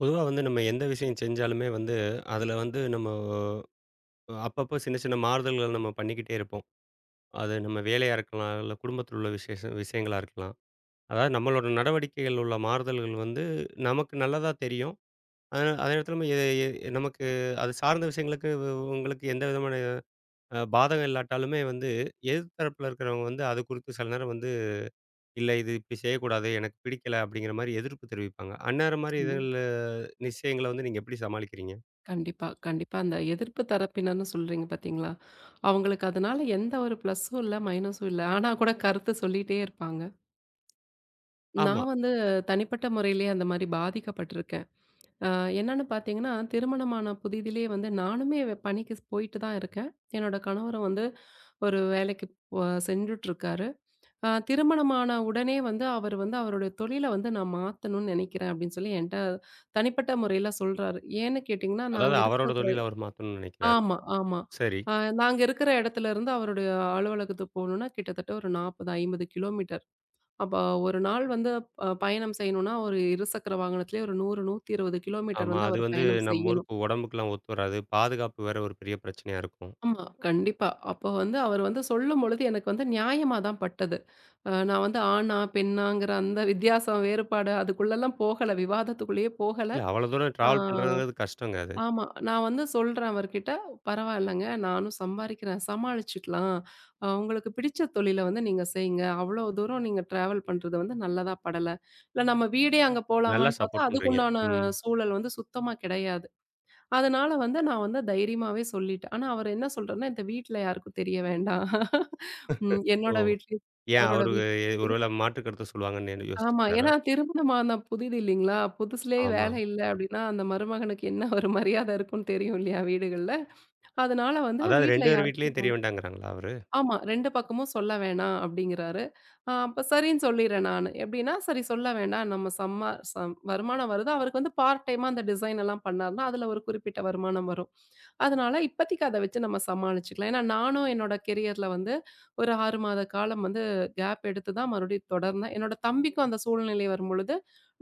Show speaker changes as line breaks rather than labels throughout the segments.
பொதுவா வந்து நம்ம எந்த விஷயம் செஞ்சாலுமே வந்து, அதுல வந்து நம்ம அப்பப்போ சின்ன சின்ன மாறுதல்கள் நம்ம பண்ணிக்கிட்டே இருப்போம். அது நம்ம வேலையா இருக்கலாம், இல்ல குடும்பத்தில் உள்ள விசேஷ விஷயங்களா இருக்கலாம். அதாவது நம்மளோட நடவடிக்கைகள் உள்ள மாறுதல்கள் வந்து நமக்கு நல்லதா தெரியும். அ அதே நேரத்துல நம்ம எ எ நமக்கு அது சார்ந்த விஷயங்களுக்கு உங்களுக்கு எந்த விதமான பாதகம் இல்லாட்டாலுமே வந்து, எதிர்த்தரப்புல இருக்கிறவங்க வந்து அது குறித்து சில நேரம் வந்து, "இல்ல இது இப்படி செய்யக்கூடாது, எனக்கு பிடிக்கல" அப்படிங்கிற மாரி எதிர்ப்பு தெரிவிப்பாங்க. அந்நேரம் மாரி
ம்.
இதுல நிச்சயங்கள வந்து நீங்க எப்படி சமாளிக்கிறீங்க?
கண்டிப்பா, கண்டிப்பா. அந்த எதிர்ப்பு தரப்பினர்ன்னு சொல்றீங்க பார்த்தீங்களா? அவங்களுக்கு அதனால எந்த ஒரு ப்ளஸும் இல்ல, மைனஸும் இல்ல. ஆனா கூட கருத்து சொல்லிட்டே இருப்பாங்க.
ஆமா.
நான் வந்து தனிப்பட்ட முறையிலே அந்த மாரி பாதிக்கப்பட்டிருக்கேன். அ என்னன்னு பார்த்தீங்கன்னா, திருமணமான புதிதிலே வந்து நானுமே பணிக்கு போயிட்டு தான் இருக்கேன். என்னோட கணவரும் வந்து ஒரு வேலைக்கு போ சென்றுட்டுருக்காரு. திருமணமான உடனே வந்து அவர் வந்து அவருடைய தொழில வந்து நான் மாத்தணும்னு நெனைக்கிறேன் அப்படின்னு சொல்லி என்ட்ட தனிப்பட்ட முறையில சொல்றாரு. ஏன்னு கேட்டீங்கன்னா,
அதாவது
நாங்க
அவரோட
இருக்கிறது
தொழில அவர் மாத்தணும்னு நினைக்கிறாரு.
ஆமா, ஆமா.
சரி.
அ நாங்க இருக்கிற இடத்துல இருந்து அவருடைய அலுவலகத்துக்கு போணும்னா கிட்டத்தட்ட ஒரு 40, 50 கிலோமீட்டர். அப்ப ஒரு நாள் வந்து பயணம் செய்யணும்னா ஒரு இருசக்கர வாகனத்திலேயே ஒரு 100, 120 கிலோமீட்டர்
ஆமா.
வந்து
அது
அவர்
வந்து
பயணம்
நம்ம
செய்யணும்.
ஊருக்கு உடம்புக்குலாம் ஒத்து வராது. பாதுகாப்பு வேற ஒரு பெரிய பிரச்சனையா இருக்கும்.
ஆமா, கண்டிப்பா. அப்போ வந்து அவர் வந்து சொல்லும்பொழுது எனக்கு வந்து நியாயமா தான் பட்டது. நான் வந்து ஆணா, பெண்ணாங்கிற அந்த வித்தியாசம், வேறுபாடு அதுக்குள்ளலாம் போகல. விவாதத்துக்குள்ளேயே போகல.
இல்ல அவ்வளோ தூரம்
ஆ.
டிராவல் பண்றதுங்கிறது கஷ்டங்க அது.
ஆமா. நான் வந்து சொல்றேன் அவர்கிட்ட, "பரவாயில்லங்க. நானும் சம்பாரிக்கிறேன். சமாளிச்சுக்கலாம். உங்களுக்கு பிடிச்ச தொழில வந்து நீங்க செய்யுங்க. அவ்வளோ தூரம் நீங்க டிராவல் பண்றது வந்து நல்லதா படல. இல்ல நம்ம வீடே அங்க
நல்லா
போலாமான்னு பார்த்தா,
சப்போர்ட்
அதுக்கு
பண்றீங்க.
உண்டான
ம்.
சூழல் வந்து சுத்தமா கிடையாது." அதனால வந்து நான் வந்து தைரியமாவே சொல்லிட்டேன். ஆனா அவர் என்ன சொல்றாருன்னா, "இந்த வீட்ல யாருக்கும் தெரிய வேண்டாம்.
ஓ!
என்னோட வீட்லயும்,
ஏன்
இவரோட
அவரு
வீட்லயும்."
ஒரு வேள மாற்று கருத்து சொல்லுவாங்கன்னு
ஆமா.
யோசிச்சுக்கிறாரா?
ஏன்னா திருமணமான புதிது இல்லைங்களா? புதுசுலயே
ஆமா.
வேலை இல்ல அப்படின்னா, அந்த மருமகனுக்கு என்ன ஒரு மரியாதை இருக்கும்னு தெரியும் இல்லையா வீடுகள்ல? அதனால வந்து
அதாவது
வீட்ல
2 பேர் வீட்லயும் தெரிய
யாருக்கும்.
வேண்டாங்கிறாங்களா அவரு?
ஆமா, 2 பக்கமும் சொல்ல வேணாம் அப்டிங்கிறாரு. அப்ப சரின்னு சொல்லிர்றேன் நானு. எப்டின்னா, சரி சொல்ல வேண்டாம் நம்ம சம்மா வருமானம் வருது. அவருக்கு வந்து பார்ட் டைமா அந்த டிசைன் எல்லாம் பண்ணாருன்னா, அதுல ஒரு குறிப்பிட்ட வருமானம் வரும். அதனால இப்பதைக்கு அத வச்சு நம்ம சமாளிச்சுக்கலாம். ஏன்னா, நானும் என்னோட கெரியர்ல வந்து ஒரு 6 மாத காலம் வந்து கேப் எடுத்து தான் மறுபடியும் தொடர்ந்தேன். என்னோட தம்பிக்கும் அந்த சூழ்நிலை வரும்பொழுது,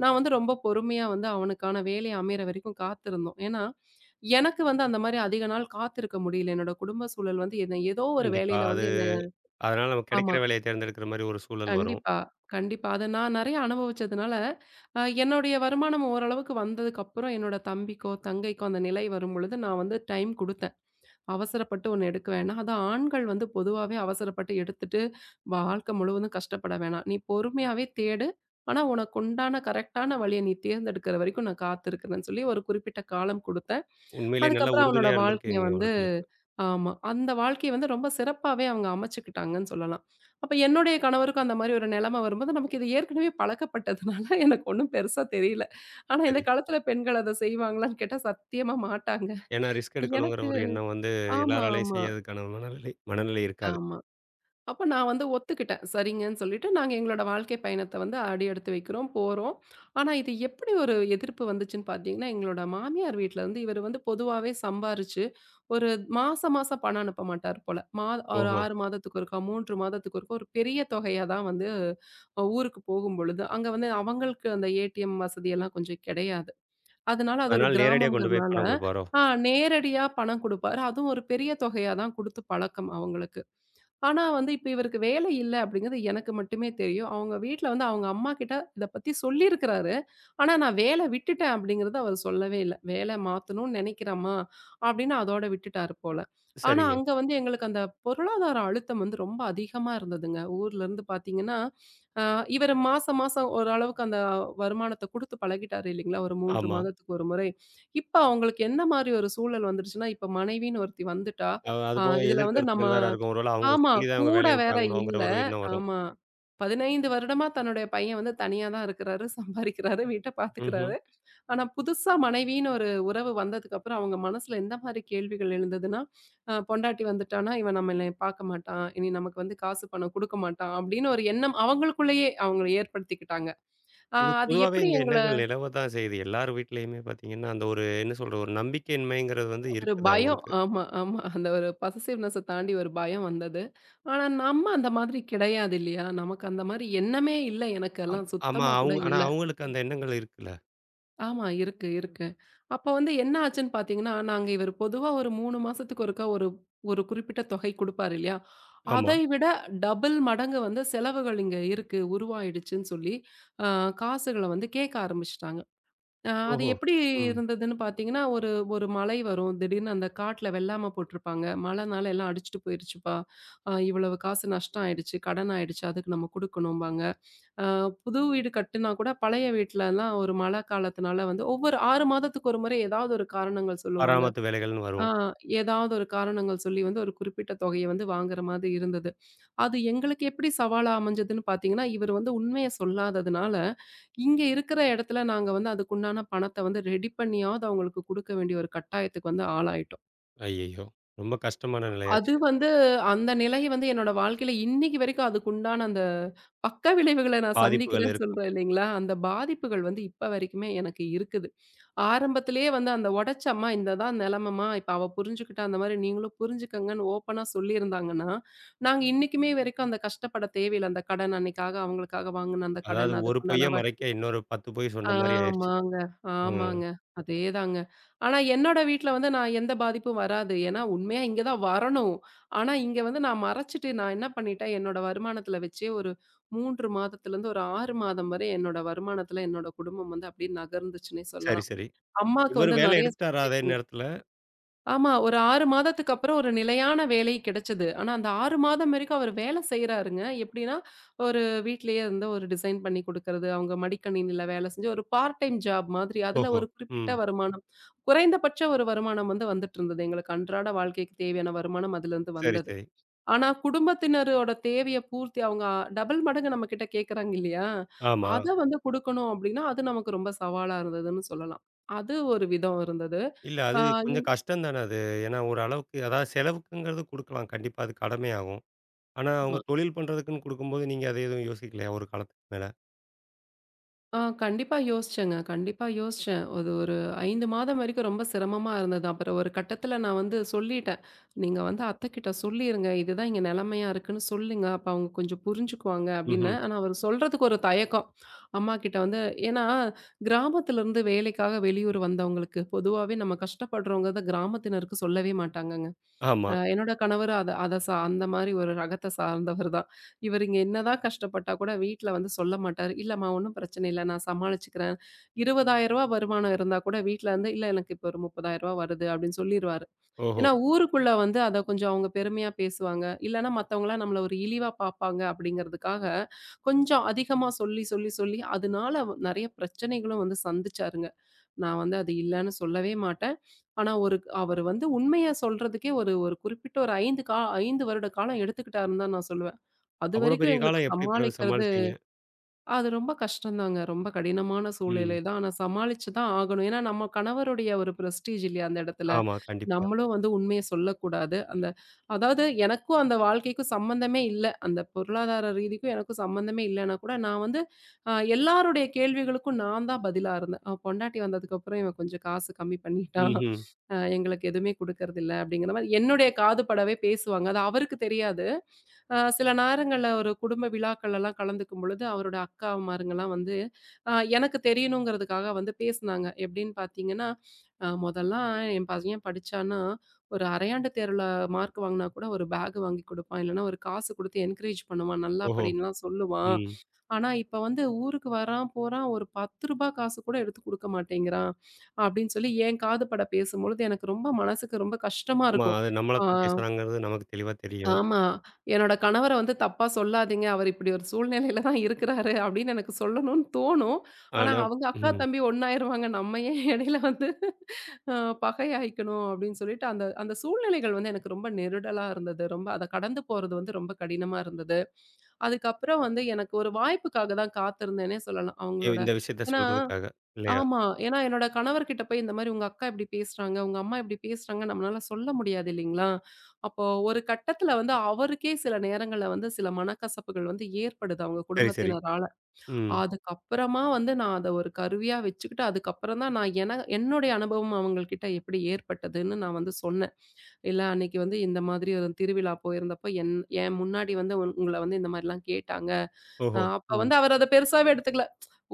நான் வந்து ரொம்ப பொறுமையா வந்து அவனுக்கான வேலை அமையற வரைக்கும் காத்திருந்தோம். ஏன்னா, எனக்கு வந்து அந்த மாரி அதிக நாள் காத்திருக்க முடியல. என்னோட குடும்ப சூழல் வந்து என்ன ஏதோ ஒரு
கண்டிப்பா.
வேலையில
அது
வந்து என்ன.
அதனால நம்ம
ஆமா.
கிடைக்கிற வேலைய தேர்ந்தெடுக்கிற மாரி ஒரு சூழல் வரும்.
கண்டிப்பா, கண்டிப்பா. அத நான் நெறைய அனுபவிச்சதுனால, என்னுடைய வருமானம் ஓரளவுக்கு வந்ததுக்கப்புறம் என்னோட தம்பிக்கோ, தங்கைக்கோ அந்த நிலை வரும்பொழுது நான் வந்து டைம் குடுத்தேன். அவசரப்பட்டு ஒண்ணு எடுக்க வேணாம். அதான் ஆண்கள் வந்து பொதுவாவே அவசரப்பட்டு எடுத்துட்டு வாழ்க்கை முழுவதும் கஷ்டப்பட வேணாம். நீ பொறுமையாவே தேடு. ஆனா உனக்கு உண்டான கரெக்ட்டான வழிய நீ தேர்ந்தெடுக்கிற வரைக்கும் நான் காத்திருக்கிறேன்னு சொல்லி ஒரு குறிப்பிட்ட காலம் குடுத்தேன்.
உண்மையிலேயே நல்ல
அதுக்கப்புறம் அவனோட
உறுதுணையா
வாழ்க்கைய
இருந்திருக்கீங்க
வந்து.
அவர்களுக்கு.
ஆமா. அந்த வாழ்க்கைய வந்து ரொம்ப சிறப்பாவே அவங்க அமைச்சுக்கிட்டாங்கன்னு சொல்லலாம். அப்ப என்னுடைய கணவருக்கும் அந்த மாரி ஒரு நிலைமை வரும்போது, நமக்கு இது ஏற்கனவே பழக்கப்பட்டதுனால எனக்கு ஒண்ணும் பெருசா தெரியல. ஆனா இந்த
சரி.
காலத்துல பெண்கள் அத செய்வாங்களான்னு கேட்டா சத்தியமா மாட்டாங்க.
ஏன்னா ரிஸ்க் எடுக்கணுங்கிற
எனக்கு
ஒரு எண்ணம் வந்து
ஆமா,
எல்லாராலயும்
ஆமா,
செய்யறதுக்கான மனநிலை மனநிலை இருக்காது.
ஆமா. அப்ப நான் வந்து ஒத்துக்கிட்டேன். சரிங்கன்னு சொல்லிட்டு நாங்க எங்களோட வாழ்க்கை பயணத்த வந்து அடி எடுத்து வைக்கிறோம், போறோம். ஆனா இது எப்படி ஒரு எதிர்ப்பு வந்துச்சுன்னு பார்த்தீங்கன்னா, எங்களோட மாமியார் வீட்ல வந்து இவரு வந்து பொதுவாவே சம்பாரிச்சு ஒரு மாசம் மாசம் பணம் அனுப்ப மாட்டார் போல. ஒரு
ஓஹோ!
6 மாதத்துக்கு ஒருக்கா, 3 மாதத்துக்கு ஒருக்கா ஒரு பெரிய தொகையா தான் வந்து ஊருக்கு போகும்பொழுது, அங்க வந்து அவங்களுக்கு அந்த ஏடிஎம் வசதியெல்லாம் கொஞ்சம் கிடையாது. அதனால அது ஒரு
அதனால நேரடியா கொண்டு போய்
கிராமம்ங்கிறதுனால
பணம் குடுப்பாரோ?
ஆ நேரடியா பணம் குடுப்பாரு. அதுவும் ஒரு பெரிய தொகையா தான் குடுத்து பழக்கம் அவங்களுக்கு. ஆனா வந்து இப்ப இவருக்கு வேலை இல்ல அப்படிங்கிறது எனக்கு மட்டுமே தெரியும். அவங்க வீட்ல வந்து அவங்க அம்மா கிட்ட இத பத்தி சொல்லியிருக்கிறாரு. ஆனா நான் வேலை விட்டுட்டேன் அப்படிங்கிறத அவர் சொல்லவே இல்ல. "வேலை மாத்தணும்னு நினைக்கிறேம்மா" அப்படின்னு அதோட விட்டுட்டாரு போல. ஆனா
சரிங்க.
அங்க வந்து எங்களுக்கு அந்த பொருளாதார அழுத்தம் வந்து ரொம்ப அதிகமா இருந்ததுங்க. ஊர்ல இருந்து பார்த்தீங்கன்னா, அ இவரு மாசம் மாசம் ஓரளவுக்கு அந்த வருமானத்த குடுத்து பழகிட்டாரு இல்லைங்களா? ஒரு 3
ஆமா.
மாதத்துக்கு ஒரு முறை. இப்ப அவங்களுக்கு என்ன மாரி ஒரு சூழல் வந்துருச்சுன்னா, இப்ப மனைவின்னு ஒருத்தி வந்துட்டா,
அதுபோக
இதுல வந்து நம்ம.
எதிர்கருத்துக்கள் வேற இருக்கும். ஒருவேள அவங்க
ஆமா.
சொல்லி தான் இவங்க
கூட
வேலைய
வேற
விட்டாங்களோங்கிற
இல்ல.
ஒரு எண்ணம் வரும்.
ஆமா. 15 வருடமா தன்னுடைய பையன் வந்து தனியா தான் இருக்கிறாரு. சம்பாரிக்கிறாரு. வீட்ட
ம்ஹ்ம்.
பாத்துக்கிறாரு. ஆனா, புதுசா மனைவின்னு ஒரு உறவு வந்ததுக்கப்புறம் அவங்க மனசுல எந்த மாரி கேள்விகள் எழுந்ததுன்னா, பொண்டாட்டி வந்துட்டான்னா, இவன் நம்மள பாக்க மாட்டான். இனி நமக்கு வந்து காசு பணம் குடுக்க மாட்டான். அப்படின்னு ஒரு எண்ணம் அவங்களுக்குள்ளேயே அவங்க ஏற்படுத்திக்கிட்டாங்க. அ
இது
அது
பொதுவாவே
எப்படி
இந்த
எங்கள
எண்ணங்கள் நிலவ தான் செய்யுது. எல்லார் வீட்லயுமே பார்த்தீங்கன்னா, அந்த ஒரு என்ன சொல்றது? ஒரு நம்பிக்கையின்மைங்கிறது வந்து
ஒரு
இருக்குது
பயம்.
அவங்களுக்கு.
ஆமா, ஆமா. அந்த ஒரு பொசஸிவ்னெஸ் தாண்டி ஒரு பயம் வந்தது. ஆனா, நம்ம அந்த மாதிரி கிடையாது இல்லையா? நமக்கு அந்த மாரி எண்ணமே இல்ல
அம்
எனக்கெல்லாம்.
ஆமா.
சுத்தமா கூட
அவங்க ஆனா
இல்ல.
அவங்களுக்கு அந்த எண்ணங்கள் இருக்குல்ல.
ஆமா, இருக்கு, இருக்கு. அப்ப வந்து என்ன ஆச்சுன்னு பார்த்தீங்கன்னா, நாங்க இவரு பொதுவா ஒரு 3 மாசத்துக்கு ஒருக்கா ஒரு ஒரு குறிப்பிட்ட தொகை குடுப்பாரு இல்லையா?
ஆமா.
அதை விட டபுள் மடங்கு வந்து செலவுகள் இங்க இருக்கு, உருவாயிடுச்சுன்னு சொல்லி, அ காசுகள வந்து கேட்க ஆரம்பிச்சுட்டாங்க. அது
ஓஹோ!
எப்படி
ம்.
இருந்ததுன்னு பார்த்தீங்கன்னா, ஒரு ஒரு மழை வரும். திடீர்னு அந்த காட்டுல வெள்ளாம போட்டுருப்பாங்க. மழைனால எல்லாம் அடிச்சுட்டு போயிருச்சுப்பா. இவ்வளவு காசு நஷ்டம் ஆயிடுச்சு. கடன் ஆயிடுச்சு. அதுக்கு நம்ம குடுக்கணும்பாங்க. அ புது வீடு கட்டுனா கூட பழைய வீட்லலாம் ஒரு மழை காலத்துனால வந்து ஒவ்வொரு 6 மாதத்துக்கு ஒரு முறை ஏதாவது ஒரு காரணங்கள் சொல்லுவாங்க.
பராமத்து வேலைகள்னு
ஆ
வரும்.
ஏதாவது ஒரு காரணங்கள் சொல்லி வந்து ஒரு குறிப்பிட்ட தொகைய வந்து வாங்குற மாதிரி இருந்தது. அது எங்களுக்கு எப்படி சவாலா அமைஞ்சதுன்னு பார்த்தீங்கன்னா, இவர் வந்து உண்மைய சொல்லாததுனால இங்க இருக்கிற இடத்துல நாங்க வந்து அதுக்குண்டான பணத்த வந்து ரெடி பண்ணியாவது அவங்களுக்கு குடுக்க வேண்டிய ஒரு கட்டாயத்துக்கு வந்து ஆளாயிட்டோம்.
ஐயய்யோ! ரொம்ப கஷ்டமான
அது
நிலையாச்சே!
வந்து அந்த நிலை வந்து என்னோட வாழ்க்கையில இன்னைக்கு வரைக்கும் அதுக்குண்டான அந்த பக்க விளைவுகள நான்
பாதிப்புகள்
சந்திக்கிறேன்னு
இருக்கும்.
சொல்றேன் இல்லைங்களா? அந்த பாதிப்புகள் வந்து இப்ப வரைக்குமே எனக்கு இருக்குது. ஆரம்பத்திலேயே வந்து அந்த உடைச்சம்மா இந்த தான் நிலைமம்மா, இப்ப அவ புரிஞ்சுக்கிட்டா அந்த மாரி நீங்களும் புரிஞ்சுக்கங்கன்னு ஓப்பனா சொல்லியிருந்தாங்கன்னா, நாங்க இன்னைக்குமே வரைக்கும் அந்த கஷ்டப்பட தேவையில்ல. அந்த கடன் அன்னைக்காக அவங்களுக்காக வாங்குன அந்த
அதாவது
கடன்
ஒரு பொய்ய
அதுக்குண்டான வட்டி.
மறைக்க இன்னொரு 10 பொய் சொன்ன மாரி ஆயிருச்சு.
ஆமாங்க,
ம்.
ஆமாங்க. அதேதாங்க. ஆனா என்னோட வீட்ல வந்து நான் எந்த பாதிப்பும் வராது. ஏன்னா உண்மையா இங்க தான் வரணும். ஆனா இங்க வந்து நான் மறைச்சுட்டு நான் என்ன பண்ணிட்டேன், என்னோட வருமானத்துல வச்சே ஒரு 3 மாதத்துலருந்து ஒரு 6 மாதம் வரை என்னோட வருமானத்துல என்னோட குடும்பம் வந்து அப்படியே நகர்ந்துச்சுன்னே
சரி,
சொல்லலாம்.
சரி.
அம்மாக்கு
இவரு
வந்து
வேலை
நெறைய.
எடுத்துட்டாரா அதே நேரத்துல?
ஆமா. ஒரு 6 மாதத்துக்கு அப்புறம் ஒரு நிலையான வேலை கிடைச்சது. ஆனா, அந்த 6 மாதம் வரைக்கும் அவர் வேலை செய்றாருங்க. எப்டின்னா, ஒரு வீட்லயே இருந்து ஒரு டிசைன் பண்ணி குடுக்கறது, அவங்க மடிக்கணினில வேலை செஞ்சு ஒரு பார்ட் டைம் ஜாப் மாதிரி. அதுல
ஓஹோ!
ஒரு
ம்.
குறிப்பிட்ட வருமானம், குறைந்தபட்ச ஒரு வருமானம் வந்து வந்துட்டுருந்தது. எங்களுக்கு அன்றாட வாழ்க்கைக்கு தேவையான வருமானம் அதுலருந்து
சரி,
வந்தது.
சரி.
ஆனா, குடும்பத்தினரோட தேவைய பூர்த்தி அவங்க டபுள் மடங்கு நம்ம கிட்ட கேட்கறாங்க இல்லையா?
ஆமா.
அத வந்து குடுக்கணும் அப்டின்னா, அது நமக்கு ரொம்ப சவாலா இருந்ததுன்னு சொல்லலாம். அது ஒரு விதம் இருந்தது.
இல்ல
ஆ
அது
இ
கொஞ்சம் கஷ்டம் தானே அது. ஏன்னா ஒரு அளவுக்கு அதாவது செலவுக்குங்கிறது குடுக்கலாம். கண்டிப்பா அது கடமையாகும். ஆனா அவங்க
ஆமா.
தொழில் பண்றதுக்குன்னு குடுக்கும்போது நீங்க அத எதுவும் யோசிக்கலையா ஒரு காலத்துக்கு மேல?
ஆ கண்டிப்பா யோசிச்சேங்க. கண்டிப்பா யோசிச்சேன். அது ஒரு 5 மாதம் வரைக்கும் ரொம்ப சிரமமா இருந்தது. அப்புறம் ஒரு கட்டத்தில நான் வந்து சொல்லிட்டேன். "நீங்க வந்து அத்தைக்கிட்ட சொல்லிருங்க. இதுதான் இங்க நிலைமையா இருக்குன்னு சொல்லுங்க. அப்ப அவங்க கொஞ்சம் புரிஞ்சுக்குவாங்க"
ம்ஹ்ம்.
அப்டின்னேன். ஆனா அவரு சொல்றதுக்கு ஒரு தயக்கம். அம்மாகிட்ட வந்து ஏன்னா கிராமத்திலருந்து வேலைக்காக வெளியூர் வந்தவங்களுக்கு பொதுவாவே நம்ம கஷ்டப்படுறோங்கிறத கிராமத்தினருக்கு சொல்லவே மாட்டாங்கங்க.
ஆமா.
என்னோட கணவர் அத அத அந்த மாரி ஒரு ரகத்த சார்ந்தவர் தான். இவர் இங்க என்னதான் கஷ்டப்பட்டா கூட வீட்ல வந்து சொல்ல மாட்டாரு. "இல்லம்மா ஒண்ணும் பிரச்சனை இல்ல. நான் சமாளிச்சுக்கிறேன்." ரூ. 20,000 வருமானம் இருந்தா கூட வீட்ல வந்து, "இல்ல எனக்கு இப்போ ஒரு ரூ. 30,000 வருது" அப்படின்னு சொல்லிருவாரு.
ஓஹோ!
ஏன்னா ஊருக்குள்ள வந்து அத கொஞ்சம் அவங்க பெருமையா பேசுவாங்க. இல்லன்னா மத்தவங்கலாம் நம்மள ஒரு இழிவா பார்ப்பாங்க அப்படிங்கிறதுக்காக கொஞ்சம் அதிகமா சொல்லி, சொல்லி, சொல்லி அதனால நெறைய பிரச்சனைகளும் வந்து சந்திச்சாருங்க. நான் வந்து அது இல்லன்னு சொல்லவே மாட்டேன். ஆனா, ஒரு அவரு வந்து உண்மைய சொல்றதுக்கே ஒரு ஒரு குறிப்பிட்ட ஒரு 5 வருட காலம் எடுத்துக்கிட்டாருன்னு தான் நான் சொல்லுவேன்.
அவ்வளோ
அதுவரைக்கும்
பெரிய
எங்களுக்கு
காலம் எப்படி பிறகு
சமாளிக்கிறது
சமாளிச்சீங்க?
அது ரொம்ப கஷ்டம் தாங்க. ரொம்ப கடினமான
ம்.
சூழ்நிலை தான். ஆனா சமாளிச்சு தான் ஆகணும். ஏன்னா, நம்ம கணவருடைய ஒரு பிரஸ்டீஜ் இல்லையா அந்த இடத்துல.
ஆமா. கண்டிப்பா.
நம்மளும் வந்து உண்மைய சொல்லக்கூடாது. அந்த அதாவது எனக்கும் அந்த வாழ்க்கைக்கும் சம்மந்தமே இல்ல. அந்த பொருளாதார ரீதிக்கும் எனக்கும் சம்மந்தமே இல்லன்னா கூட, நான் வந்து எல்லாருடைய கேள்விகளுக்கும் நான் தான் பதிலா இருந்தேன். அவ பொண்டாட்டி வந்ததுக்கப்புறம் இவன் கொஞ்சம் காசு கம்மி பண்ணிட்டான்.
ம்ஹ்ம்.
எங்களுக்கு எதுவுமே குடுக்கறதில்ல அப்படிங்கிற மாரி என்னுடைய காது படவே பேசுவாங்க. அது அவருக்கு தெரியாது. சில நேரங்கள்ல ஒரு குடும்ப விழாக்கள்லலாம் கலந்துக்கும் பொழுது, அவரோட அக்காமாருங்கலாம் வந்து எனக்கு தெரியணுங்கிறதுக்காக வந்து பேசுனாங்க. எப்படின்னு பார்த்தீங்கன்னா, மொதல்லாம் என் பையன் படிச்சான்னா, ஒரு அரையாண்டு தேர்வுல மார்க் வாங்குனா கூட ஒரு பேக் வாங்கி குடுப்பான். இல்லன்னா ஒரு காசு குடுத்து என்கரேஜ் பண்ணுவான். நல்லா
ஓஹோ!
படின்னுலாம் சொல்லுவான்.
ம்.
ஆனா, இப்ப வந்து ஊருக்கு வரான், போறான் ஒரு ரூ. 10 காசு கூட எடுத்து குடுக்க மாட்டேங்கிறான். அப்படின்னு சொல்லி என் காது பட பேசும்பொழுது எனக்கு ரொம்ப மனசுக்கு ரொம்ப கஷ்டமா
ஆமா.
இருக்கும்.
அது நம்மள
ஆ.
தான் பேசுறாங்கிறது நமக்கு தெளிவா தெரியும்.
ஆமா. என்னோட கணவர வந்து தப்பா சொல்லாதீங்க. அவரு இப்படி ஒரு சூழ்நிலையில தான் இருக்கிறாரு அப்படின்னு எனக்கு சொல்லணும்னு தோணும். ஆனா
ஆனா
அவங்க அக்கா,
ம்.
தம்பி ஒண்ணாயிருவாங்க. நம்ம ஏன் இடையில வந்து அ பகையாயிக்கணும் அப்படின்னு சொல்லிட்டு அந்த அந்த சூழ்நிலைகள் வந்து எனக்கு ரொம்ப நெருடலா இருந்தது. ரொம்ப அத கடந்து போறது வந்து ரொம்ப கடினமா இருந்தது. அதுக்கப்புறம் வந்து எனக்கு ஒரு வாய்ப்புக்காக தான் காத்திருந்தேன்னே சொல்லலாம். அவங்களோட
இந்த விஷயத்த
ஏன்னா.
சொல்றதுக்காக. இல்லையா?
ஆமா. ஏன்னா என்னோட கணவர்கிட்ட போய் இந்த மாரி உங்க அக்கா இப்படி பேசுறாங்க, உங்க அம்மா இப்படி பேசுறாங்க நம்மளால சொல்ல முடியாது இல்லைங்களா? அப்போ ஒரு கட்டத்துல வந்து அவருக்கே சில நேரங்கள்ல வந்து சில மனக்கசப்புகள் வந்து ஏற்படுது அவங்க
சரி, சரி.
குடும்பத்தினரால.
ம்.
அதுக்கப்புறமா வந்து நான் அத ஒரு கருவியா வச்சுக்கிட்டு அதுக்கப்புறம் தான் நான் என என்னுடைய அனுபவம் அவங்கள்கிட்ட எப்படி ஏற்பட்டதுன்னு நான் வந்து சொன்னேன். இல்ல அன்னைக்கு வந்து இந்த மாதிரி ஒரு திருவிழா போயிருந்தப்போ என் என் முன்னாடி வந்து உங்கள வந்து இந்த மாரிலாம் கேட்டாங்க.
ஓஹோ!
அப்ப
ம்.
வந்து அவர் அத பெருசாவே எடுத்துக்கல.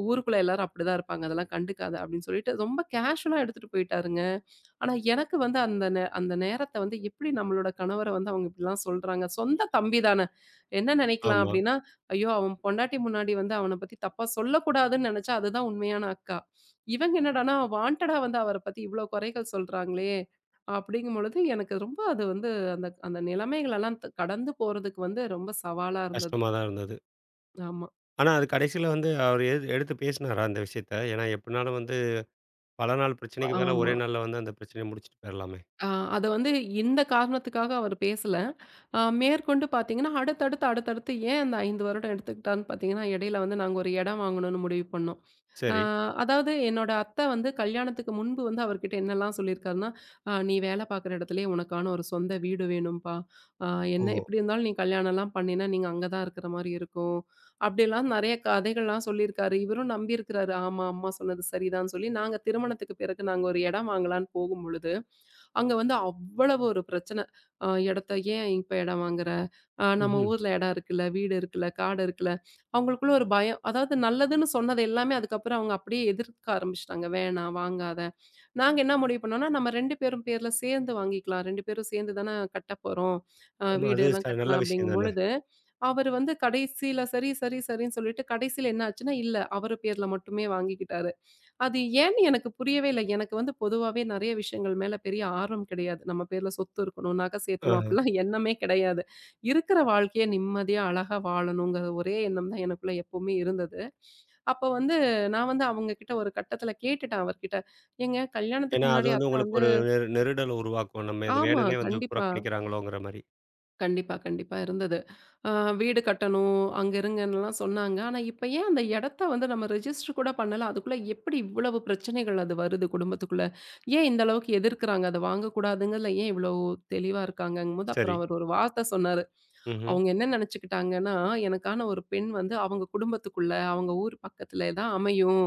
ஊருக்குள்ள எல்லாரும் அப்படிதான் இருப்பாங்க. அதெல்லாம் கண்டுக்காத அப்படின்னு சொல்லிட்டு ரொம்ப கேஷுவலா எடுத்துட்டு போயிட்டாருங்க. ஆனா எனக்கு வந்து அந்த நேரத்த வந்து எப்படி நம்மளோட கணவர வந்து அவங்க இப்படிலாம் சொல்றாங்க? சொந்த தம்பி தானே. என்ன நினைக்கலாம்
ஆமா.
அப்படின்னா, ஐயோ! அவன் பொண்டாட்டி முன்னாடி வந்து அவன பத்தி தப்பா சொல்லக்கூடாதுன்னு நெனச்சா அதுதான் உண்மையான அக்கா. இவங்க என்னடான்னா வாண்டடா வந்து அவர பத்தி இவ்ளோ குறைகள் சொல்றாங்களே! அப்படிங்கும்பொழுது எனக்கு ரொம்ப அது வந்து அந்த அந்த நிலைமைகளெல்லாம் கடந்து போறதுக்கு வந்து ரொம்ப சவாலா இருந்தது.
கஷ்டமா தான் இருந்தது.
ஆமா.
ஆனா, அது கடைசில வந்து அவரு எது எடுத்து பேசினாரா அந்த விஷயத்த? ஏன்னா, எப்டினாலும் வந்து பல நாள் பிரச்சனைக்கு பதிலா ஒரே
ஆமா.
நாள்ல வந்து அந்த பிரச்சனைய முடிச்சுட்டு போயிரலாமே.
ஆ அத வந்து இந்த காரணத்துக்காக அவர் பேசல. மேற்கொண்டு பார்த்தீங்கன்னா, அடுத்தடுத்து அடுத்தடுத்து ஏன் அந்த 5 வருடம் எடுத்துக்கிட்டான்னு பார்த்தீங்கன்னா, இடையில வந்து நாங்க ஒரு இடம் வாங்கணும்னு முடிவு பண்ணோம். ஆ
சரி.
அதாவது என்னோட அத்தை வந்து கல்யாணத்துக்கு முன்பு வந்து அவர்கிட்ட என்னெல்லாம் சொல்லியிருக்காருன்னா, நீ வேலை பார்க்குற இடத்துலயே உனக்கான ஒரு சொந்த வீடு வேணும்ப்பா. அ என்ன
ஓ!
எப்படி இருந்தாலும் நீ கல்யாணம்லாம் பண்ணினா, நீங்க அங்க தான் இருக்கிற மாரி இருக்கும்." அப்படிலாம் நெறைய கதைகள்லாம் சொல்லியிருக்காரு. இவரும் நம்பியிருக்கிறாரு. ஆமா, அம்மா சொன்னது சரிதான்னு சொல்லி, நாங்க திருமணத்துக்கு பிறகு நாங்க ஒரு இடம் வாங்கலான்னு போகும்பொழுது அங்க வந்து அவ்வளவு ஒரு பிரச்சனை. இடத்த "ஏன் இப்ப இடம் வாங்குற? நம்ம
ம்ஹ்ம்.
ஊர்ல இடம் இருக்குல்ல, வீடு இருக்குல்ல, காடு இருக்குல்ல." அவங்களுக்குள்ள ஒரு பயம். அதாவது நல்லதுன்னு சொன்னது எல்லாமே அதுக்கப்புறம் அவங்க அப்படியே எதிர்க்க ஆரம்பிச்சுட்டாங்க. "வேணாம், வாங்காத." நாங்க என்ன முடிவு பண்ணோம்னா, நம்ம 2 பேரும் பேர்ல சேர்ந்து வாங்கிக்கலாம். 2 பேரும் சேர்ந்து தானே கட்டப் போறோம்.
ஆமா.
வீடு
அது ச
எல்லாம்
நல்ல
கட்டலாம்
விஷயம் தானே.
அப்படிங்கும்பொழுது, அவரு வந்து கடைசியில சரி, சரி, சரின்னு சொல்லிட்டு கடைசியில என்ன ஆச்சுன்னா, இல்ல அவரு பேர்ல மட்டுமே வாங்கிக்கிட்டாரு. அது ஏன்னு எனக்கு புரியவே இல்ல. எனக்கு வந்து பொதுவாவே நெறைய விஷயங்கள் மேல பெரிய ஆர்வம் கிடையாது. நம்ம பேர்ல சொத்து இருக்கணும், நகை சேர்த்தணும்
ஆஹ.
அப்படிலாம் எண்ணமே கிடையாது. இருக்கிற வாழ்க்கைய நிம்மதியா, அழகா வாழணுங்கிற ஒரே எண்ணம் தான் எனக்குள்ள எப்பவுமே இருந்தது. அப்ப வந்து நான் வந்து அவங்க கிட்ட ஒரு கட்டத்துல கேட்டுட்டேன் அவர்கிட்ட. "ஏங்க
ஏன்னா,
கல்யாணத்துக்கு
அது
முன்னாடி
வந்து
அத்தை
உங்களுக்கு
வந்து."
ஒரு நெருடல் உருவாக்கும். நம்ம இது
ஆமா.
வேணும்னே வந்து
கண்டிப்பா.
புறக்கணிக்கிறாங்களோங்கிற மாரி.
கண்டிப்பா, கண்டிப்பா இருந்தது. அ வீடு கட்டணும், அங்க இருங்கன்னுலாம் சொன்னாங்க. ஆனா, இப்ப ஏன் அந்த இடத்த வந்து நம்ம ரெஜிஸ்டர் கூட பண்ணல? அதுக்குள்ள எப்படி இவ்வளவு பிரச்சனைகள் அது வருது குடும்பத்துக்குள்ள? ஏன் இந்த அளவுக்கு எதிர்க்கிறாங்க? அத வாங்கக்கூடாதுங்கறதுல ஏன் இவ்வளோ தெளிவா இருக்காங்கங்கும்போது,
சரி.
அப்புறம் அவர் ஒரு வார்த்த சொன்னாரு.
ம்ஹ்ம்.
அவங்க என்ன நெனச்சுக்கிட்டாங்கன்னா, எனக்கான ஒரு பெண் வந்து அவங்க குடும்பத்துக்குள்ள, அவங்க ஊர் பக்கத்திலே தான் அமையும்.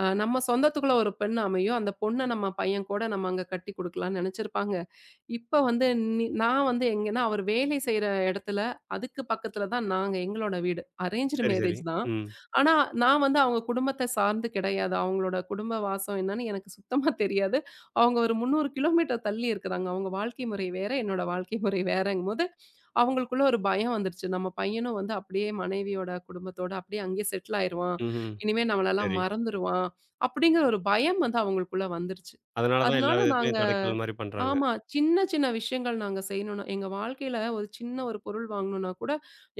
நம்ம சொந்தத்துக்குள்ள ஒரு பெண் அமையும். அந்த பொண்ண நம்ம பையன் கூட நம்ம அங்க கட்டி குடுக்கலாம்ன்னு நெனச்சிருப்பாங்க. இப்ப வந்து நான் வந்து எங்கன்னா, அவர் வேலை செய்ற இடத்துல, அதுக்கு பக்கத்தில தான் நாங்க எங்களோட வீடு. அரேஞ்சுடு
சரி, சரி.
மேரேஜ் தான்.
ம்.
ஆனா, நான் வந்து அவங்க குடும்பத்த சார்ந்து கிடையாது. அவங்களோட குடும்ப வாசம் என்னன்னு எனக்கு சுத்தமா தெரியாது. அவங்க ஒரு 300 கிலோமீட்டர் தள்ளி இருக்கிறாங்க. அவங்க வாழ்க்கை முறை வேற, என்னோட வாழ்க்கை முறை வேறங்கும்போது, அவங்களுக்குள்ள ஒரு பயம் வந்துருச்சு. நம்ம பையனும் வந்து அப்படியே மனைவியோட குடும்பத்தோட அப்படியே அங்கேயே செட்டில் ஆயிருவான்.
ம்ஹ்ம்.
இனிமே நம்மளலாம்
சரி.
மறந்துருவான். அப்படிங்கிற ஒரு பயம் வந்து அவங்களுக்குள்ள வந்துருச்சு.
அதனால தான் எல்லா
அதனால நாங்க.
விதத்துலயும் தடைக்கல் மாரி பண்றாங்க.
ஆமா. சின்ன சின்ன விஷயங்கள் நாங்க செய்யணும்னா எங்க வாழ்க்கையில ஒரு சின்ன ஒரு பொருள் வாங்கணும்னா கூட,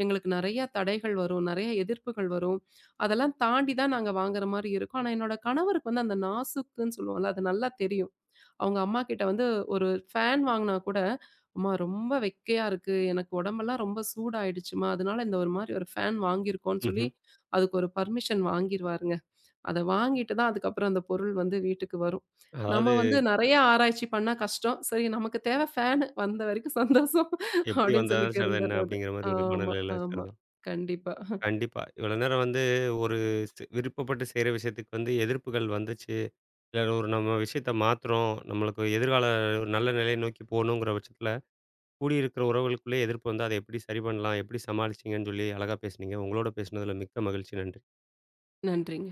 எங்களுக்கு நெறைய தடைகள் வரும். நெறைய எதிர்ப்புகள் வரும். அதெல்லாம் தாண்டி தான் நாங்க வாங்குற மாரி இருக்கும். ஆனா, என்னோட கணவருக்கு வந்து அந்த நாசுக்குன்னு சொல்லுவோம்ல, அது நல்லா தெரியும். அவங்க அம்மா கிட்ட வந்து ஒரு ஃபேன் வாங்குனா கூட, "அம்மா ரொம்ப வெக்கையா இருக்கு. எனக்கு உடம்பெல்லாம் ரொம்ப சூடாயிடுச்சும்மா. அதனால இந்த ஒரு மாரி ஒரு ஃபேன் வாங்கியிருக்கோம்ன்னு" சொல்லி,
ம்ஹ்ம்.
அதுக்கு ஒரு பர்மிஷன் வாங்கிருவாருங்க. அத வாங்கிட்டு தான் அதுக்கப்புறம் அந்த பொருள் வந்து வீட்டுக்கு வரும். நம்ம
அதாவது
வந்து நெறைய ஆராய்ச்சி பண்ணா கஷ்டம். சரி நமக்கு தேவை ஃபேனு வந்த வரைக்கும் சந்தோஷம்
எப்டி
அப்படின்னு
வந்தாலும்
சொல்லிட்டு
சரிதான் என்ன
இருந்துர்றது.
அப்டிங்கிற மாரி ஒரு
ஆமா,
மனநிலையில
ஆமா.
இருக்கிறது.
கண்டிப்பா.
கண்டிப்பா. இவ்வளோ நேரம் வந்து ஒரு விருப்பப்பட்டு செய்ற விஷயத்துக்கு வந்து எதிர்ப்புகள் வந்துச்சு. இல்ல ஒரு நம்ம விஷயத்த மாத்துறோம். நம்மளுக்கு எதிர்கால ஒரு நல்ல நிலைய நோக்கி போணுங்கிற பட்சத்தில, கூடியிருக்கிற உறவுகளுக்குள்ளே எதிர்ப்பு வந்தா, அத எப்படி சரி பண்ணலாம்? எப்படி சமாளிச்சீங்கன்னு சொல்லி அழகா பேசுனீங்க. உங்களோட பேசுனதில மிக்க மகிழ்ச்சி. நன்றி.
நன்றிங்க.